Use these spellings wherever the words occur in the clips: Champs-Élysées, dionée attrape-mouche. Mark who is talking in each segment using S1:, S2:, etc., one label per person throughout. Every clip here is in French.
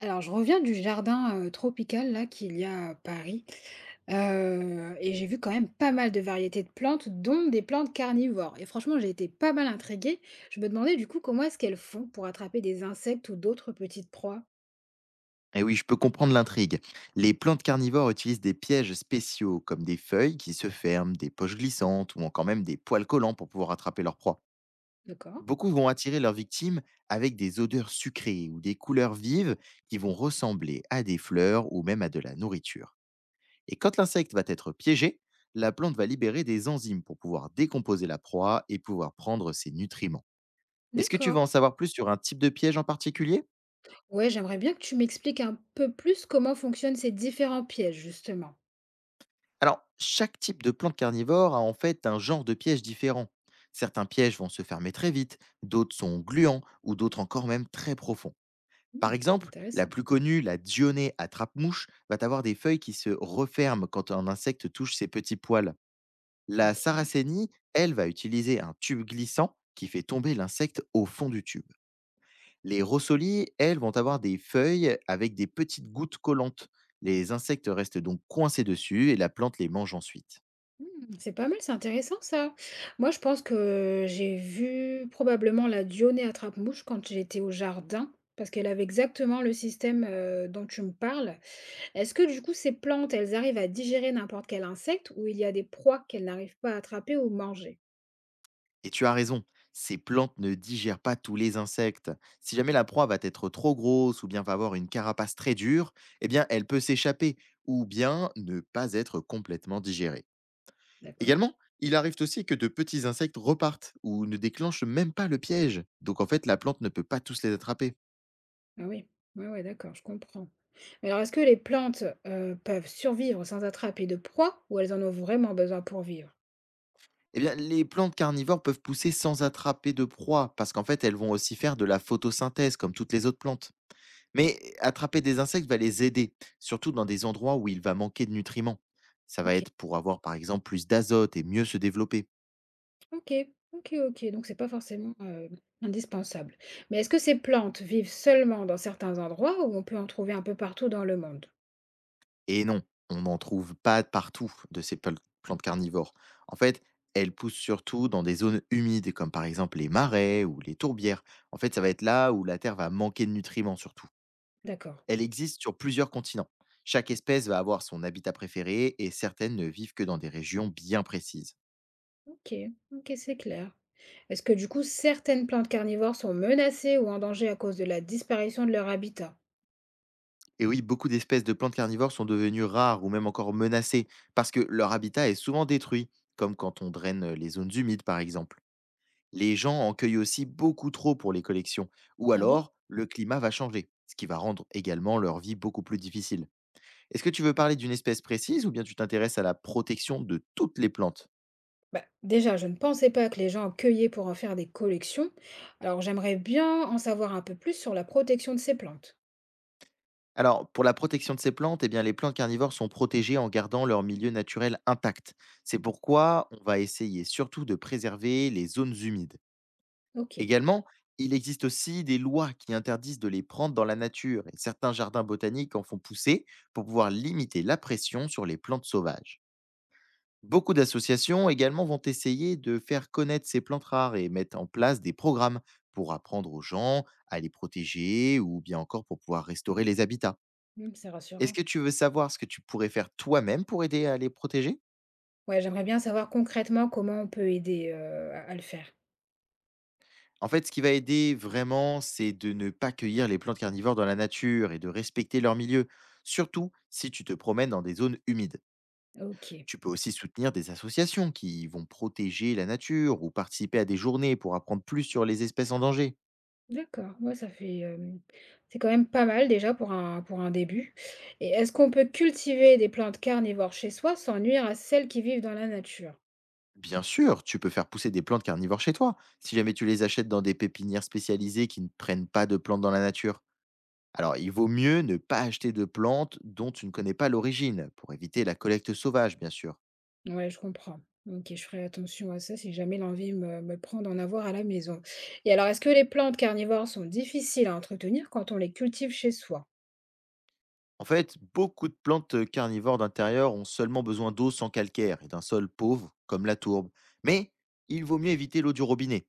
S1: Alors, je reviens du jardin, tropical là qu'il y a à Paris, et j'ai vu quand même pas mal de variétés de plantes, dont des plantes carnivores et franchement, j'ai été pas mal intriguée. Je me demandais du coup comment est-ce qu'elles font pour attraper des insectes ou d'autres petites proies?
S2: Et oui, je peux comprendre l'intrigue. Les plantes carnivores utilisent des pièges spéciaux, comme des feuilles qui se ferment, des poches glissantes ou encore même des poils collants pour pouvoir attraper leur proie.
S1: D'accord,
S2: Beaucoup vont attirer leurs victimes avec des odeurs sucrées ou des couleurs vives qui vont ressembler à des fleurs ou même à de la nourriture. Et quand l'insecte va être piégé, la plante va libérer des enzymes pour pouvoir décomposer la proie et pouvoir prendre ses nutriments. Est-ce que tu veux
S1: d'accord.
S2: en savoir plus sur un type de piège en particulier?
S1: Ouais, j'aimerais bien que tu m'expliques un peu plus comment fonctionnent ces différents pièges justement.
S2: Alors, chaque type de plante carnivore a en fait un genre de piège différent. Certains pièges vont se fermer très vite, d'autres sont gluants ou d'autres encore même très profonds. Par
S1: Mmh,
S2: exemple, la
S1: intéressant,
S2: plus connue, la dionée à trappe-mouche, va avoir des feuilles qui se referment quand un insecte touche ses petits poils. La
S1: OK.
S2: saracénie, elle, va utiliser un tube glissant qui fait tomber l'insecte au fond du tube. Les rossolis, elles, vont avoir des feuilles avec des petites gouttes collantes. Les insectes restent donc coincés dessus et la plante les mange ensuite.
S1: Mmh, c'est pas mal, c'est intéressant ça. Moi, je pense que j'ai vu probablement la dionée attrape-mouche quand j'étais au jardin, parce qu'elle avait exactement le système, dont tu me parles. Est-ce que du coup, ces plantes, elles arrivent à digérer n'importe quel insecte ou il y a des proies qu'elles n'arrivent pas à attraper ou manger?
S2: Et tu as raison, ces plantes ne digèrent pas tous les insectes. Si jamais la proie va être trop grosse ou bien va avoir une carapace très dure, eh bien elle peut s'échapper ou bien ne pas être complètement digérée.
S1: D'accord.
S2: Également, il arrive aussi que de petits insectes repartent ou ne déclenchent même pas le piège. Donc en fait, la plante ne peut pas tous les attraper.
S1: Ah oui. Ouais, ouais, d'accord, je comprends. Mais alors, est-ce que les plantes, peuvent survivre sans attraper de proies ou elles en ont vraiment besoin pour vivre?
S2: Eh bien, les plantes carnivores peuvent pousser sans attraper de proie parce qu'en fait, elles vont aussi faire de la photosynthèse comme toutes les autres plantes. Mais attraper des insectes va les aider, surtout dans des endroits où il va manquer de nutriments. Ça va
S1: OK.
S2: être pour avoir par exemple plus d'azote et mieux se développer.
S1: OK. OK, OK, donc c'est pas forcément, indispensable. Mais est-ce que ces plantes vivent seulement dans certains endroits ou on peut en trouver un peu partout dans le monde?
S2: Et non, on n'en trouve pas partout de ces plantes carnivores. En fait, elles poussent surtout dans des zones humides comme par exemple les marais ou les tourbières. En fait, ça va être là où la terre va manquer de nutriments surtout.
S1: D'accord,
S2: Elle existe sur plusieurs continents. Chaque espèce va avoir son habitat préféré et certaines ne vivent que dans des régions bien précises.
S1: OK, OK, c'est clair. Est-ce que du coup certaines plantes carnivores sont menacées ou en danger à cause de la disparition de leur habitat?
S2: Et oui, beaucoup d'espèces de plantes carnivores sont devenues rares ou même encore menacées parce que leur habitat est souvent détruit, comme quand on draine les zones humides par exemple. Les gens en cueillent aussi beaucoup trop pour les collections, ou
S1: Ah bon?
S2: alors le climat va changer, ce qui va rendre également leur vie beaucoup plus difficile. Est-ce que tu veux parler d'une espèce précise ou bien tu t'intéresses à la protection de toutes les plantes?
S1: Bah, déjà, je ne pensais pas que les gens en cueillaient pour en faire des collections. Alors j'aimerais bien en savoir un peu plus sur la protection de ces plantes.
S2: Alors, pour la protection de ces plantes, eh bien, les plantes carnivores sont protégées en gardant leur milieu naturel intact. C'est pourquoi on va essayer surtout de préserver les zones humides.
S1: OK,
S2: Également, il existe aussi des lois qui interdisent de les prendre dans la nature et certains jardins botaniques en font pousser pour pouvoir limiter la pression sur les plantes sauvages. Beaucoup d'associations également vont essayer de faire connaître ces plantes rares et mettre en place des programmes pour apprendre aux gens à les protéger ou bien encore pour pouvoir restaurer les habitats.
S1: mmh, c'est
S2: Est-ce
S1: rassurant.
S2: que tu veux savoir ce que tu pourrais faire toi-même pour aider à les protéger?
S1: Ouais, j'aimerais bien savoir concrètement comment on peut aider, à le faire.
S2: En fait, ce qui va aider vraiment, c'est de ne pas cueillir les plantes carnivores dans la nature et de respecter leur milieu, surtout si tu te promènes dans des zones humides.
S1: OK,
S2: Tu peux aussi soutenir des associations qui vont protéger la nature ou participer à des journées pour apprendre plus sur les espèces en danger.
S1: d'accord. Ouais, ça fait, c'est quand même pas mal déjà pour un début et est-ce qu'on peut cultiver des plantes carnivores chez soi sans nuire à celles qui vivent dans la nature?
S2: Bien sûr, tu peux faire pousser des plantes carnivores chez toi, si jamais tu les achètes dans des pépinières spécialisées qui ne prennent pas de plantes dans la nature. Alors, il vaut mieux ne pas acheter de plantes dont tu ne connais pas l'origine, pour éviter la collecte sauvage, bien sûr.
S1: Ouais, je comprends. OK, je ferai attention à ça si jamais l'envie me prend d'en avoir à la maison et alors est-ce que les plantes carnivores sont difficiles à entretenir quand on les cultive chez soi?
S2: En fait, beaucoup de plantes carnivores d'intérieur ont seulement besoin d'eau sans calcaire et d'un sol pauvre, comme la tourbe. Mais il vaut mieux éviter l'eau du robinet.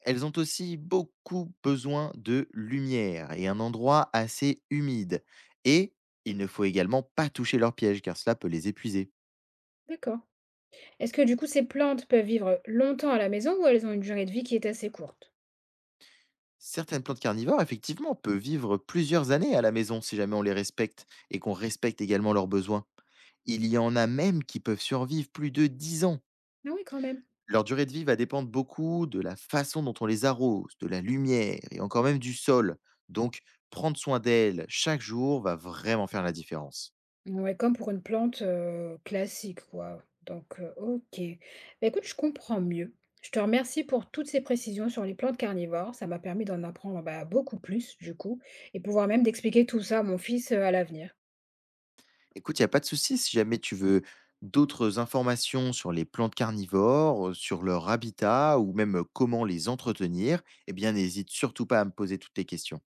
S2: Elles ont aussi beaucoup besoin de lumière et un endroit assez humide. Et il ne faut également pas toucher leurs pièges, car cela peut les épuiser.
S1: D'accord. Est-ce que du coup ces plantes peuvent vivre longtemps à la maison ou elles ont une durée de vie qui est assez courte?
S2: Certaines plantes carnivores, effectivement, peuvent vivre plusieurs années à la maison si jamais on les respecte et qu'on respecte également leurs besoins. Il y en a même qui peuvent survivre plus de 10 ans.
S1: Ah oui, quand même.
S2: Leur durée de vie va dépendre beaucoup de la façon dont on les arrose, de la lumière et encore même du sol. Donc, prendre soin d'elles chaque jour va vraiment faire la différence.
S1: Ouais, comme pour une plante, classique, quoi. Donc, OK. Bah, écoute, je comprends mieux. Je te remercie pour toutes ces précisions sur les plantes carnivores. Ça m'a permis d'en apprendre, bah, beaucoup plus, du coup et pouvoir même d'expliquer tout ça à mon fils, à l'avenir.
S2: Écoute, il n'y a pas de souci si jamais tu veux d'autres informations sur les plantes carnivores, sur leur habitat ou même comment les entretenir, eh bien n'hésite surtout pas à me poser toutes tes questions.